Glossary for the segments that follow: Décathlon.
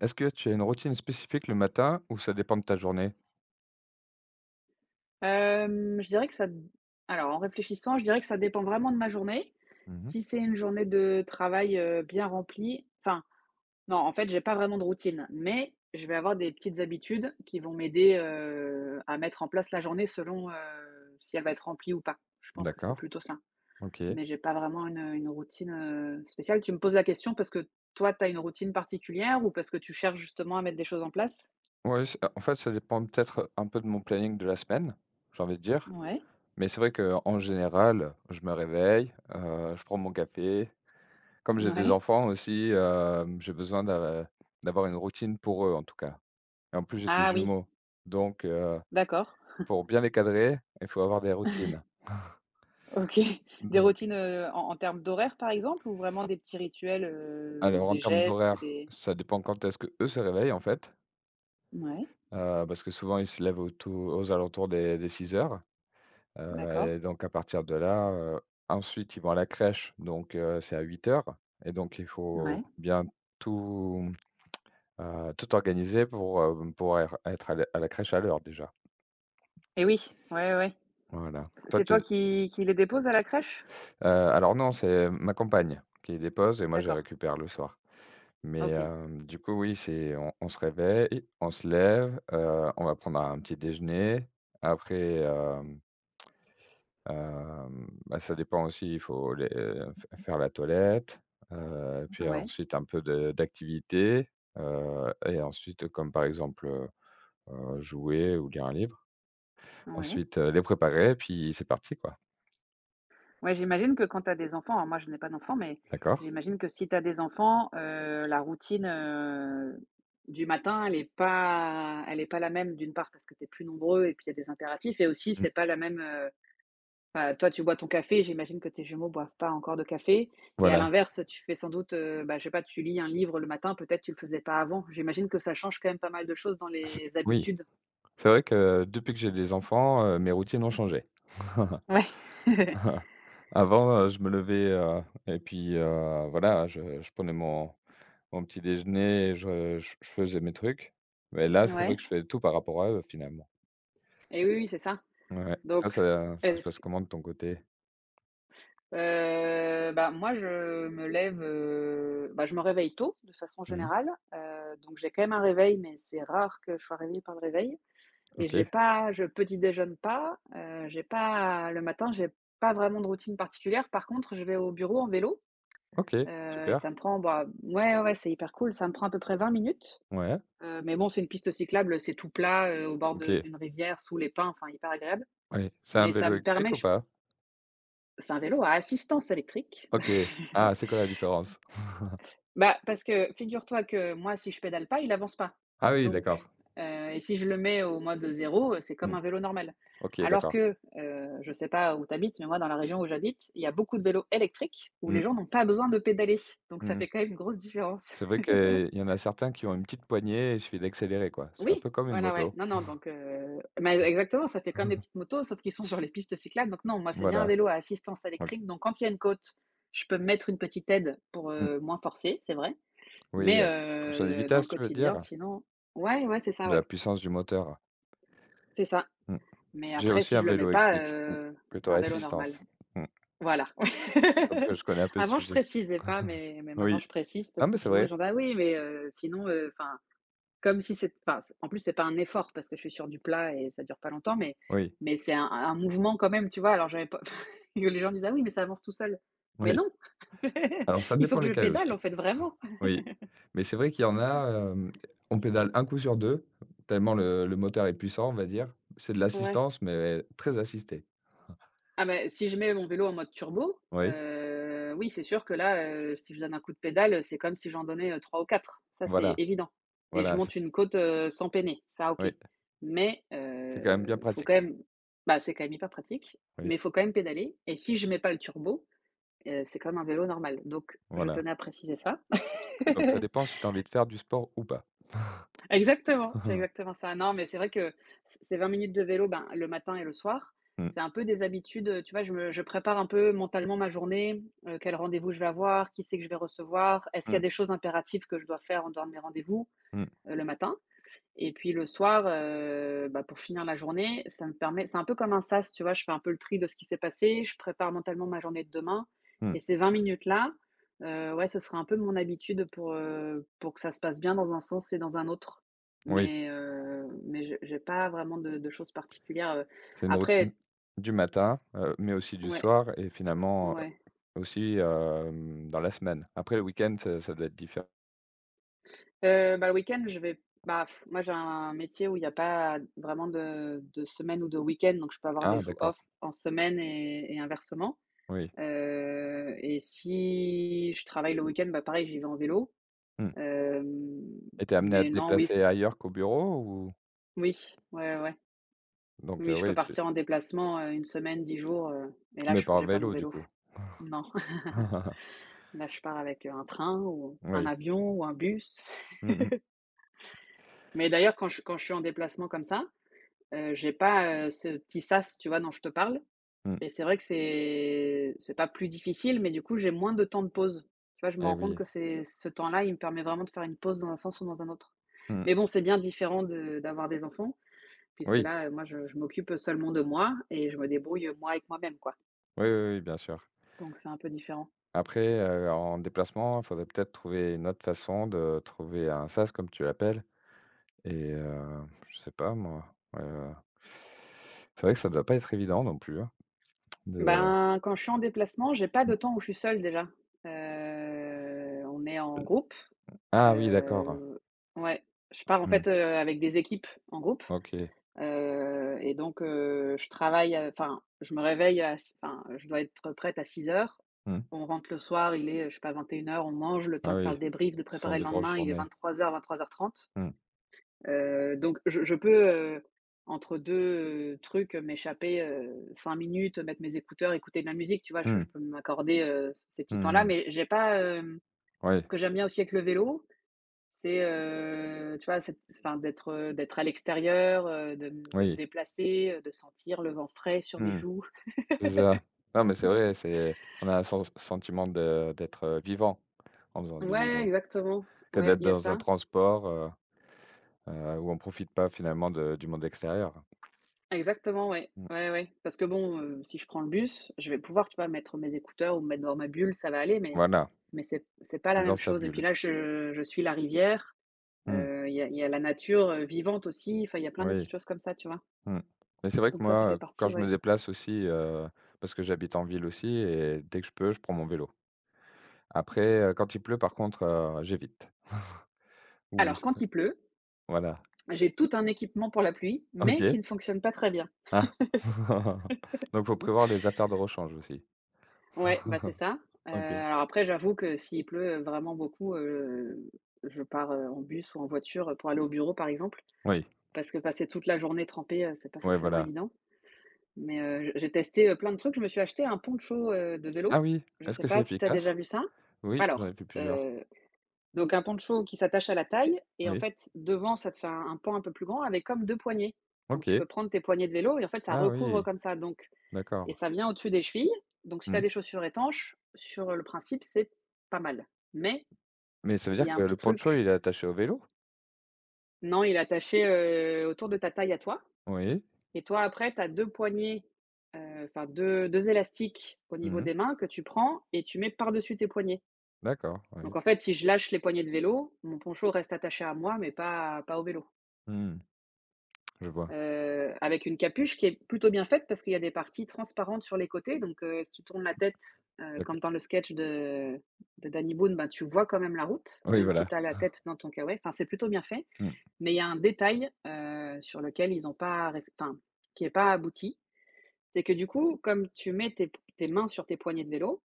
Est-ce que tu as une routine spécifique le matin ou ça dépend de ta journée? Hem, je dirais que ça Alors en réfléchissant, je dirais que ça dépend vraiment de ma journée. Mmh. Si c'est une journée de travail, bien remplie enfin non, en fait, j'ai pas vraiment de routine, mais je vais avoir des petites habitudes qui vont m'aider, à mettre en place la journée selon, si elle va être remplie ou pas. Je pense que c'est D'accord. plutôt ça, OK. mais j'ai pas vraiment une routine, spéciale. Tu me poses la question parce que toi, tu as une routine particulière ou parce que tu cherches justement à mettre des choses en place? Ouais, c'est en fait, ça dépend peut-être un peu de mon planning de la semaine, j'ai envie de dire. Ouais, Mais c'est vrai qu'en général, je me réveille, je prends mon café. Comme j'ai des ouais. enfants aussi, j'ai besoin d'avoir une routine pour eux, en tout cas. Et en plus, j'ai des Ah oui, jumeaux. Donc d'accord. pour bien les cadrer, il faut avoir des routines. OK. Des Donc routines, en termes d'horaire, par exemple, ou vraiment des petits rituels, alors en des termes gestes ou d'horaire, des ça dépend quand est-ce que eux se réveillent, en fait. Ouais, Parce que souvent, ils se lèvent autour aux alentours des 6h, d'accord. Et donc à partir de là, ensuite, ils vont à la crèche, donc c'est à 8h, et donc il faut Ouais. bien tout, tout organiser pour être à la crèche à l'heure, déjà. Et oui, ouais, ouais. Voilà. Toi, C'est tu es toi qui les déposes à la crèche? Alors non, c'est ma compagne qui les dépose et moi, je les D'accord. récupère le soir. Mais OK. Du coup, oui, c'est on se réveille, on se lève, on va prendre un petit déjeuner. Après, euh, bah, ça dépend aussi, il faut les f faire la toilette, puis Ouais, ensuite un peu de d'activité, et ensuite comme par exemple, jouer ou lire un livre. ouais. Ensuite, les préparer, puis c'est parti quoi. Ouais, j'imagine que quand tu as des enfants alors moi, je n'ai pas d'enfants, mais D'accord? j'imagine que si tu as des enfants, la routine, du matin, elle est pas la même, d'une part, parce que tu es plus nombreux et puis il y a des impératifs et aussi, Mmh. c'est pas la même, bah, toi, tu bois ton café, j'imagine que tes jumeaux boivent pas encore de café et à Voilà, l'inverse, tu fais sans doute, bah, je sais pas, tu lis un livre le matin, peut-être tu le faisais pas avant. J'imagine que ça change quand même pas mal de choses dans c'est les oui, habitudes. c'est vrai que depuis que j'ai des enfants, mes routines ont changé. Ouais. Avant, je me levais, et puis, voilà, je prenais mon petit déjeuner, je faisais mes trucs. Mais là, c'est vrai Ouais que je fais tout par rapport à eux, finalement. et oui, oui, c'est ça. Ouais. Toi, Donc ça ça se est-ce passe que comment de ton côté? Bah, moi, je me lève, bah, je me réveille tôt de façon Mmh. générale, donc j'ai quand même un réveil mais c'est rare que je sois réveillée par le réveil. Et j'ai OK. pas je petit déjeune pas, j'ai pas le matin, j'ai pas vraiment de routine particulière. Par contre, je vais au bureau en vélo, OK, et super. ça me prend bah, ouais, ouais, ouais, c'est hyper cool, ça me prend à peu près 20 minutes, Ouais. Mais bon, c'est une piste cyclable, c'est tout plat, au bord de OK. d'une rivière, sous les pins, enfin hyper agréable. Oui. C'est un Mais ça vélo me électrique permet ou je p pas? C'est un vélo à assistance électrique. OK. Ah, c'est quoi la différence? Bah, parce que figure-toi que moi, si je pédale pas, il avance pas. Ah oui, Donc, d'accord. Et si je le mets au mode zéro, c'est comme Mmh. un vélo normal. OK, Alors d'accord. que, je sais pas où tu habites, mais moi, dans la région où j'habite, il y a beaucoup de vélos électriques où les Mmh. gens n'ont pas besoin de pédaler. Donc ça Mmh. fait quand même une grosse différence. C'est vrai qu'il y en a certains qui ont une petite poignée, et il suffit d'accélérer, quoi. C'est un Oui, peu comme une voilà, ouais. moto. Non, non, donc bah, exactement, ça fait comme des petites motos, sauf qu'ils sont sur les pistes cyclables. Donc non, moi, c'est bien un Voilà. vélo à assistance OK. électrique. Donc quand il y a une côte, je peux me mettre une petite aide pour, Mmh. Moins forcer, c'est vrai. Oui, Mais en fonction des dans le vitesses, tu veux quotidien dire? sinon ouais, ouais, c'est ça, De la ouais, puissance du moteur. c'est ça. Mmh. Mais J'ai après aussi si un je le mets vélo pas, électrique ou c'est plutôt un vélo normal. assistance. Mmh. Voilà. Donc je connais un peu le Avant je sujet. précisais pas, mais maintenant Oui. je précise Ah parce que mais c'est sinon les vrai. gens disent ah oui, mais sinon, enfin, comme si c'est enfin, en plus c'est pas un effort parce que je suis sur du plat et ça dure pas longtemps, mais Oui, mais c'est un mouvement quand même, tu vois? Alors j'avais pas les gens disent: «Ah oui, mais ça avance tout seul». Mais oui. non! Alors ça Il faut dépend que je lesquels pédale en aussi. fait, vraiment. Oui. Mais c'est vrai qu'il y en a, on pédale un coup sur 2 tellement le moteur est puissant, on va dire. C'est de Ouais. l'assistance mais très assistée. Ah ben si je mets mon vélo en mode turbo, Oui, oui, c'est sûr que là, si je donne un coup de pédale, c'est comme si j'en donnais, 3 ou 4, ça, c'est voilà, évident et je voilà, c'est monte une côte, sans peiner, ça OK. oui, Mais c'est quand même bien faut pratique. quand même bah, c'est quand même hyper pratique, Oui, mais faut quand même pédaler et si je mets pas le turbo, c'est comme un vélo normal. Donc je voilà. tenais à préciser ça. Donc ça dépend si tu as envie de faire du sport ou pas. Exactement, c'est exactement ça. Non, mais c'est vrai que c ces 20 minutes de vélo, ben, le matin et le soir, Mmh, c'est un peu des habitudes, tu vois? Je prépare un peu mentalement ma journée, quel rendez-vous je vais avoir, qui c'est que je vais recevoir, est-ce qu'il y a mmh, des choses impératives que je dois faire en dehors de mes rendez-vous, mmh, le matin? Et puis le soir, bah, pour finir la journée, ça me permet c'est un peu comme un sas, tu vois? Je fais un peu le tri de ce qui s'est passé, je prépare mentalement ma journée de demain mmh. et ces 20 minutes-là, ouais, ce sera un peu mon habitude pour que ça se passe bien dans un sens et dans un autre. Oui. Mais je j'ai pas vraiment de choses particulières, C'est une routine après du matin, mais aussi du ouais, soir et finalement, ouais. aussi, dans la semaine. Après le week-end, ça ça doit être différent. Bah, le week-end, je vais bah, moi, j'ai un métier où il y a pas vraiment de semaine ou de week-end, donc je peux avoir des Ah jours d'accord, off en semaine et inversement. oui. Et si je travaille le week-end, bah, pareil, j'y vais en vélo. Mmh Hem, et tu es amené à mais te non, oui, c déplacer ailleurs qu'au bureau ou? oui, ouais, ouais, ouais. Donc Oui, je peux oui, tu partir en déplacement, 1 semaine, 10 jours, et là, mais je pas en j'ai pas mon vélo du vélo. coup? Non, là, je pars avec, un train ou un Oui. avion ou un bus. Mmh Mais d'ailleurs, quand je suis en déplacement comme ça, j'ai pas, ce petit sas, tu vois, dont je te parle. mh. Mmh Et c'est vrai que c'est pas plus difficile, mais du coup, j'ai moins de temps de pause. Tu vois, je me et rends compte oui. que c'est ce temps-là, il me permet vraiment de faire une pause dans un sens ou dans un autre. Mmh. Mais bon, c'est bien différent de d'avoir des enfants, puisque Oui. là, moi, je m'occupe seulement de moi et je me débrouille, moi avec moi-même, quoi. Oui, oui, oui, bien sûr. Donc c'est un peu différent. Après, en déplacement, faudrait peut-être trouver une autre façon de trouver un sas comme tu l'appelles. Et je sais pas moi, heu, c'est vrai que ça doit pas être évident non plus, hein, de Ben, quand je suis en déplacement, j'ai pas de mmh. temps où je suis seule déjà. On est en groupe, Ah oui, d'accord. heu, ouais, je pars en Mmh. fait, avec des équipes en groupe. OK. Et donc je travaille, enfin, je me réveille à enfin, je dois être prête à 6 heures. Mmh. On rentre le soir, il est, je sais pas, 21 heures. On mange, le temps Ah de faire oui. le débrief, de Ce sont préparer le de grosses lendemain, il est journées. 23:00-23:30. Mmh. Donc je peux, entre 2 trucs, m'échapper, 5 minutes, mettre mes écouteurs, écouter de la musique, tu vois? Je Mmh. je peux m'accorder, ces Mmh. petits temps-là, Mmh. mais j'ai pas, hem Oui, ce que j'aime bien aussi avec le vélo, c'est, tu vois, c'est enfin d'être, d'être à l'extérieur, de me oui. déplacer, de sentir le vent frais sur mes Mmh. joues. C'est ça. Non mais c'est vrai, c'est on a un sentiment de d'être, vivant en faisant du Ouais, vélo, exactement. que Ouais, d'être il y a dans un ça. transport, où on profite pas finalement de du monde extérieur. Exactement, ouais. Mmh. Ouais, ouais. Parce que bon, si je prends le bus, je vais pouvoir, tu vois, mettre mes écouteurs ou me mettre dans ma bulle, ça va aller, mais Voilà, mais c'est pas la c'est dans même sa chose et puis bulle. là, je suis la rivière, Mmh. Il y a la nature, vivante aussi, enfin, il y a plein de Oui. petites choses comme ça, tu vois? Mmh. Mais c'est vrai que Donc ça fait moi, quand partie, je ouais. me déplace aussi, parce que j'habite en ville aussi et dès que je peux, je prends mon vélo. Après, quand il pleut par contre, j'évite ou Alors quand c il pleut, voilà. j'ai tout un équipement pour la pluie, mais qui OK. ne fonctionne pas très bien. Ah. Donc faut prévoir les affaires de rechange aussi. Ouais, bah, c'est ça. OK. Alors après, j'avoue que s'il pleut, vraiment beaucoup, je pars, en bus ou en voiture, pour aller au bureau, par exemple. Oui. Parce que passer toute la journée trempée, c'est pas Ouais, forcément voilà. évident. Mais, j'ai testé, plein de trucs. Je me suis acheté un poncho, de Ah vélo. oui, Je est-ce sais que c'est pas si tu as efficace? déjà vu ça? Oui, j'en Alors, ai fait plusieurs. heu, donc un poncho qui s'attache à la taille et en Oui. fait, devant, ça te fait un pan un peu plus grand avec comme 2 poignées. Donc tu OK. peux prendre tes poignées de vélo et en fait, ça Ah recouvre oui, comme ça. Donc et d'accord. ça vient au-dessus des chevilles, donc si tu as Mmh. des chaussures étanches, sur le principe, c'est pas mal. Mais Mais ça veut il y dire a que un petit le poncho, truc, il est attaché au vélo? non, il est attaché, autour de ta taille à toi Oui. et toi après tu as 2 poignées, enfin deux élastiques au niveau Mmh mh. des mains que tu prends et tu mets par-dessus tes poignets. D'accord, Donc oui. en fait, si je lâche les poignées de vélo, mon poncho reste attaché à moi mais pas au vélo. Mmh. Je vois. Avec une capuche qui est plutôt bien faite parce qu'il y a des parties transparentes sur les côtés, donc si tu tournes la tête, D'acc comme dans le sketch de Danny Boone, bah, tu vois quand même la route, Oui, même si voilà. tu as la tête dans ton kawaii. Enfin, c'est plutôt bien fait, Mmh. mais il y a un détail, sur lequel ils ont pas réf enfin, qui est pas abouti. C'est que du coup, comme tu mets tes mains sur tes poignées de vélo,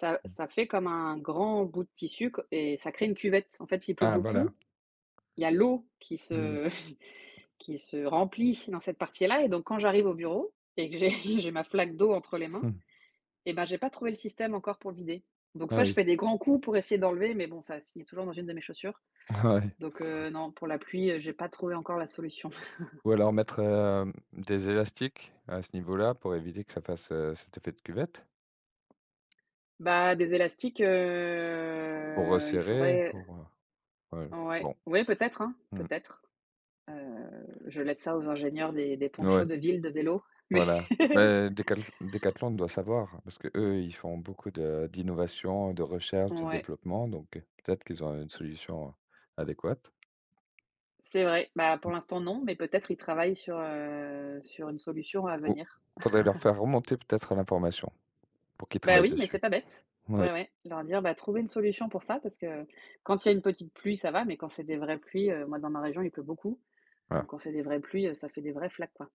ça fait comme un grand bout de tissu co et ça crée une cuvette. En fait, s'il pleut Ah voilà. beaucoup, il y a l'eau Mmh. Qui se remplit dans cette partie-là. Et donc quand j'arrive au bureau et que j'ai j'ai ma flaque d'eau entre les mains, Mmh. eh ben, j'ai pas trouvé le système encore pour le vider. Donc Ah soit je oui. fais des grands coups pour essayer d'enlever, mais bon, ça finit toujours dans une de mes chaussures. Ouais. Donc non, pour la pluie, j'ai pas trouvé encore la solution. Ou alors mettre, des élastiques à ce niveau-là pour éviter que ça fasse, cet effet de cuvette, Bah, des élastiques, pour il resserrer, faudrait ouais, ouais, bon. ouais, peut-être, hein, Mmh. peut-être. Heu, je laisse ça aux ingénieurs des Ouais, ponchos de ville de vélo, mais voilà. Mais Décathlon doit savoir parce que eux ils font beaucoup de d'innovation, de recherche, de ouais. développement donc peut-être qu'ils ont une solution adéquate. C'est vrai. Bah, pour Mmh. l'instant non, mais peut-être ils travaillent sur, sur une solution à Ou venir. faudrait leur faire remonter peut-être l'information pour qu'ils Bah, travaillent oui, mais c'est dessus. pas bête. Oui, Ouais, ouais, leur dire: «Bah, trouver une solution pour ça», parce que quand il y a une petite pluie, ça va, mais quand c'est des vraies pluies, moi dans ma région, il pleut beaucoup, donc voilà. quand c'est des vraies pluies, ça fait des vraies flaques, quoi.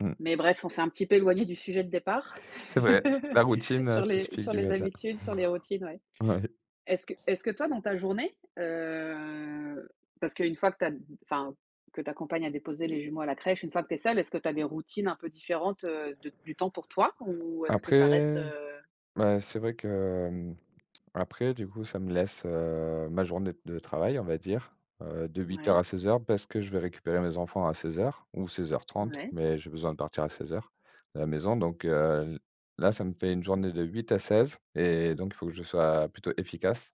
Mmh. Mais bref, on s'est un petit peu éloigné du sujet de départ C'est vrai, la routine, spécifique sur du les matin. habitudes, sur les routines, ouais. Ouais. Est-ce que toi, dans ta journée, parce qu'une fois que enfin, ta compagne a déposé les jumeaux à la crèche, une fois que tu es seule, est-ce que tu as des routines un peu différentes, de du temps pour toi? Ou est-ce que ça reste, Après, bah, c'est vrai que, après du coup ça me laisse, ma journée de travail on va dire, de 8h ouais, à 16h, parce que je vais récupérer mes enfants à 16h ou 16h30, ouais, mais j'ai besoin de partir à 16h de la maison donc là ça me fait une journée de 8 à 16, et donc il faut que je sois plutôt efficace,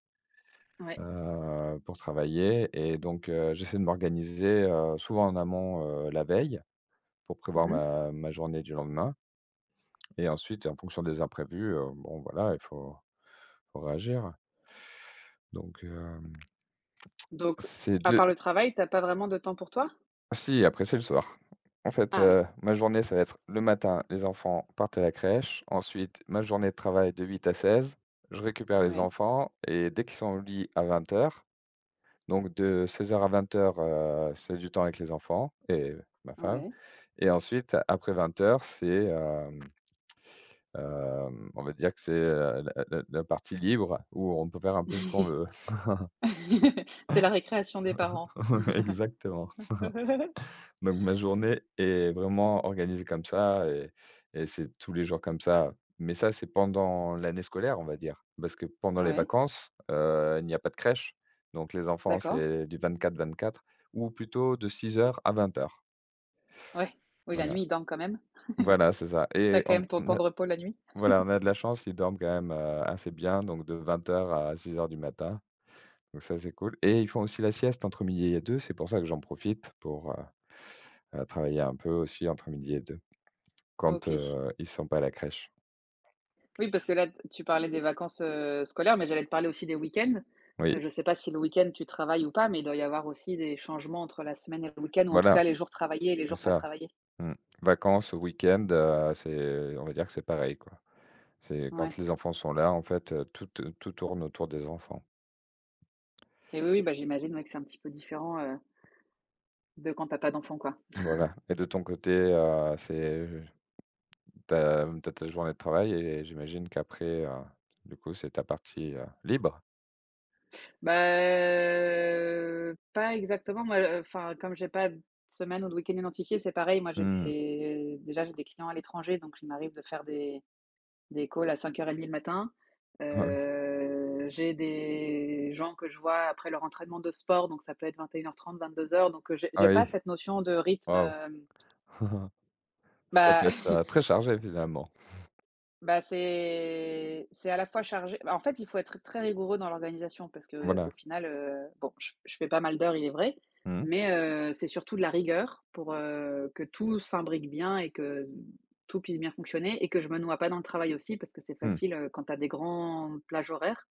ouais. Pour travailler et donc j'essaie de m'organiser, souvent en amont, la veille pour prévoir Mmh. ma journée du lendemain et ensuite en fonction des imprévus, bon voilà, il faut pour réagir, donc Donc c'est à deux. part le travail, t'as pas vraiment de temps pour toi? Si après c'est le soir. En fait, Ah oui. Ma journée, ça va être le matin, les enfants partent à la crèche, ensuite ma journée de travail de 8 à 16. Je récupère les Ouais, enfants et dès qu'ils sont au lit à 20h. Donc de 16h à 20:00, c'est du temps avec les enfants et ma femme ouais. et ensuite après 20h, c'est, on va dire que c'est, la partie libre où on peut faire un peu ce qu'on veut. C'est la récréation des parents. Exactement. Donc ma journée est vraiment organisée comme ça et c'est tous les jours comme ça. Mais ça, c'est pendant l'année scolaire, on va dire, parce que pendant les Ouais, vacances, il n'y a pas de crèche. Donc les enfants, d'accord. c'est du 24-24 ou plutôt de 6h à 20h. Ouais. Oui, la Voilà. nuit, il dorment quand même? Voilà, c'est ça T'as et quand même ton on temps a de repos la nuit? voilà, on a de la chance, ils dorment quand même, assez bien, donc de vingt heures à 6h du matin. Donc ça, c'est cool et ils font aussi la sieste entre midi et deux. C'est pour ça que j'en profite pour, travailler un peu aussi entre midi et deux. Quand, OK. Ils sont pas à la crèche. Oui, parce que là, t tu parlais des vacances, scolaires, mais j'allais te parler aussi des week-ends. Oui, Je ne sais pas si le week-end tu travailles ou pas, mais il doit y avoir aussi des changements entre la semaine et le week-end, ou en tout cas voilà, les jours travaillés et les c'est jours pas ça. travaillés. Mmh. Vacances, week-end, c'est on va dire que c'est pareil, quoi. C'est Ouais quand les enfants sont là, en fait, tout tourne autour des enfants. et oui, oui, bah, j'imagine, ouais, que c'est un petit peu différent, de quand t'as pas d'enfant, quoi. Voilà et de ton côté, c'est t'as as ta journée de travail et j'imagine qu'après, du coup, c'est ta partie, libre? Bah, pas exactement, moi, enfin, comme j'ai pas de semaine ou de week-end identifié, c'est pareil. Moi, j'ai Mmh. des déjà, j'ai des clients à l'étranger, donc il m'arrive de faire des calls à 05:30 le matin. Ah oui, J'ai des gens que je vois après leur entraînement de sport, donc ça peut être 21:30-22:00, donc j'ai ah j'ai pas oui, cette notion de rythme, waouh! hem, Ça bah peut être, très chargé finalement. bah, c'est à la fois chargé. Bah, en fait, il faut être très rigoureux dans l'organisation parce que au Voilà. final, bon, je fais pas mal d'heures, il est vrai, Mmh mais c'est surtout de la rigueur pour, que tout s'imbrique bien et que tout puisse bien fonctionner et que je me noie pas dans le travail aussi parce que c'est mh. facile, quand tu as des grandes plages horaires,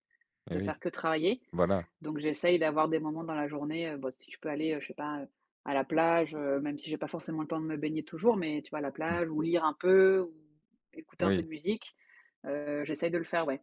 Eh de faire oui, que travailler. voilà. Donc j'essaye d'avoir des moments dans la journée, bah, si je peux aller, je sais pas, à la plage, même si j'ai pas forcément le temps de me baigner toujours, mais tu vois, à la Mmh. plage ou lire un peu ou écouter un peu de Oui, musique. J'essaye de le faire, ouais,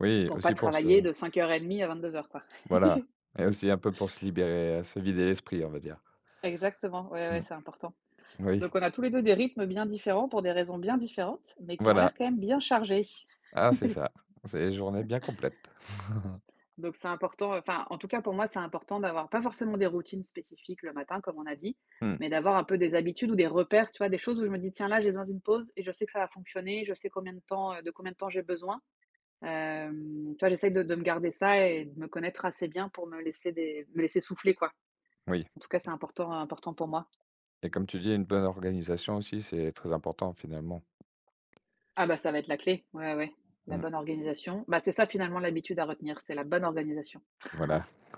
oui, pour pas aussi pour ce. travailler de 05:30 à 22 heures quoi. Voilà et aussi un peu pour se libérer, se vider l'esprit, on va dire. Exactement, ouais, ouais, Mmh. c'est important. Oui, Donc on a tous les 2 des rythmes bien différents pour des raisons bien différentes, mais qui ont l'air voilà. quand même bien chargés. Ah, c'est ça. C'est une journée bien complète. Donc c'est important, enfin, en tout cas pour moi, c'est important d'avoir pas forcément des routines spécifiques le matin, comme on a dit, Mmh, mais d'avoir un peu des habitudes ou des repères, tu vois, des choses où je me dis: «Tiens, là, j'ai besoin d'une pause et je sais que ça va fonctionner, je sais combien de temps, de combien de temps j'ai besoin». Hem, tu vois, j'essaie de me garder ça et de me connaître assez bien pour me laisser des me laisser souffler, quoi. oui En tout cas, c'est important important pour moi. et comme tu dis, une bonne organisation aussi, c'est très important, finalement. Ah bah, ça va être la clé, ouais, ouais, la Mmh, bonne organisation. Bah, c'est ça finalement l'habitude à retenir, c'est la bonne organisation. voilà.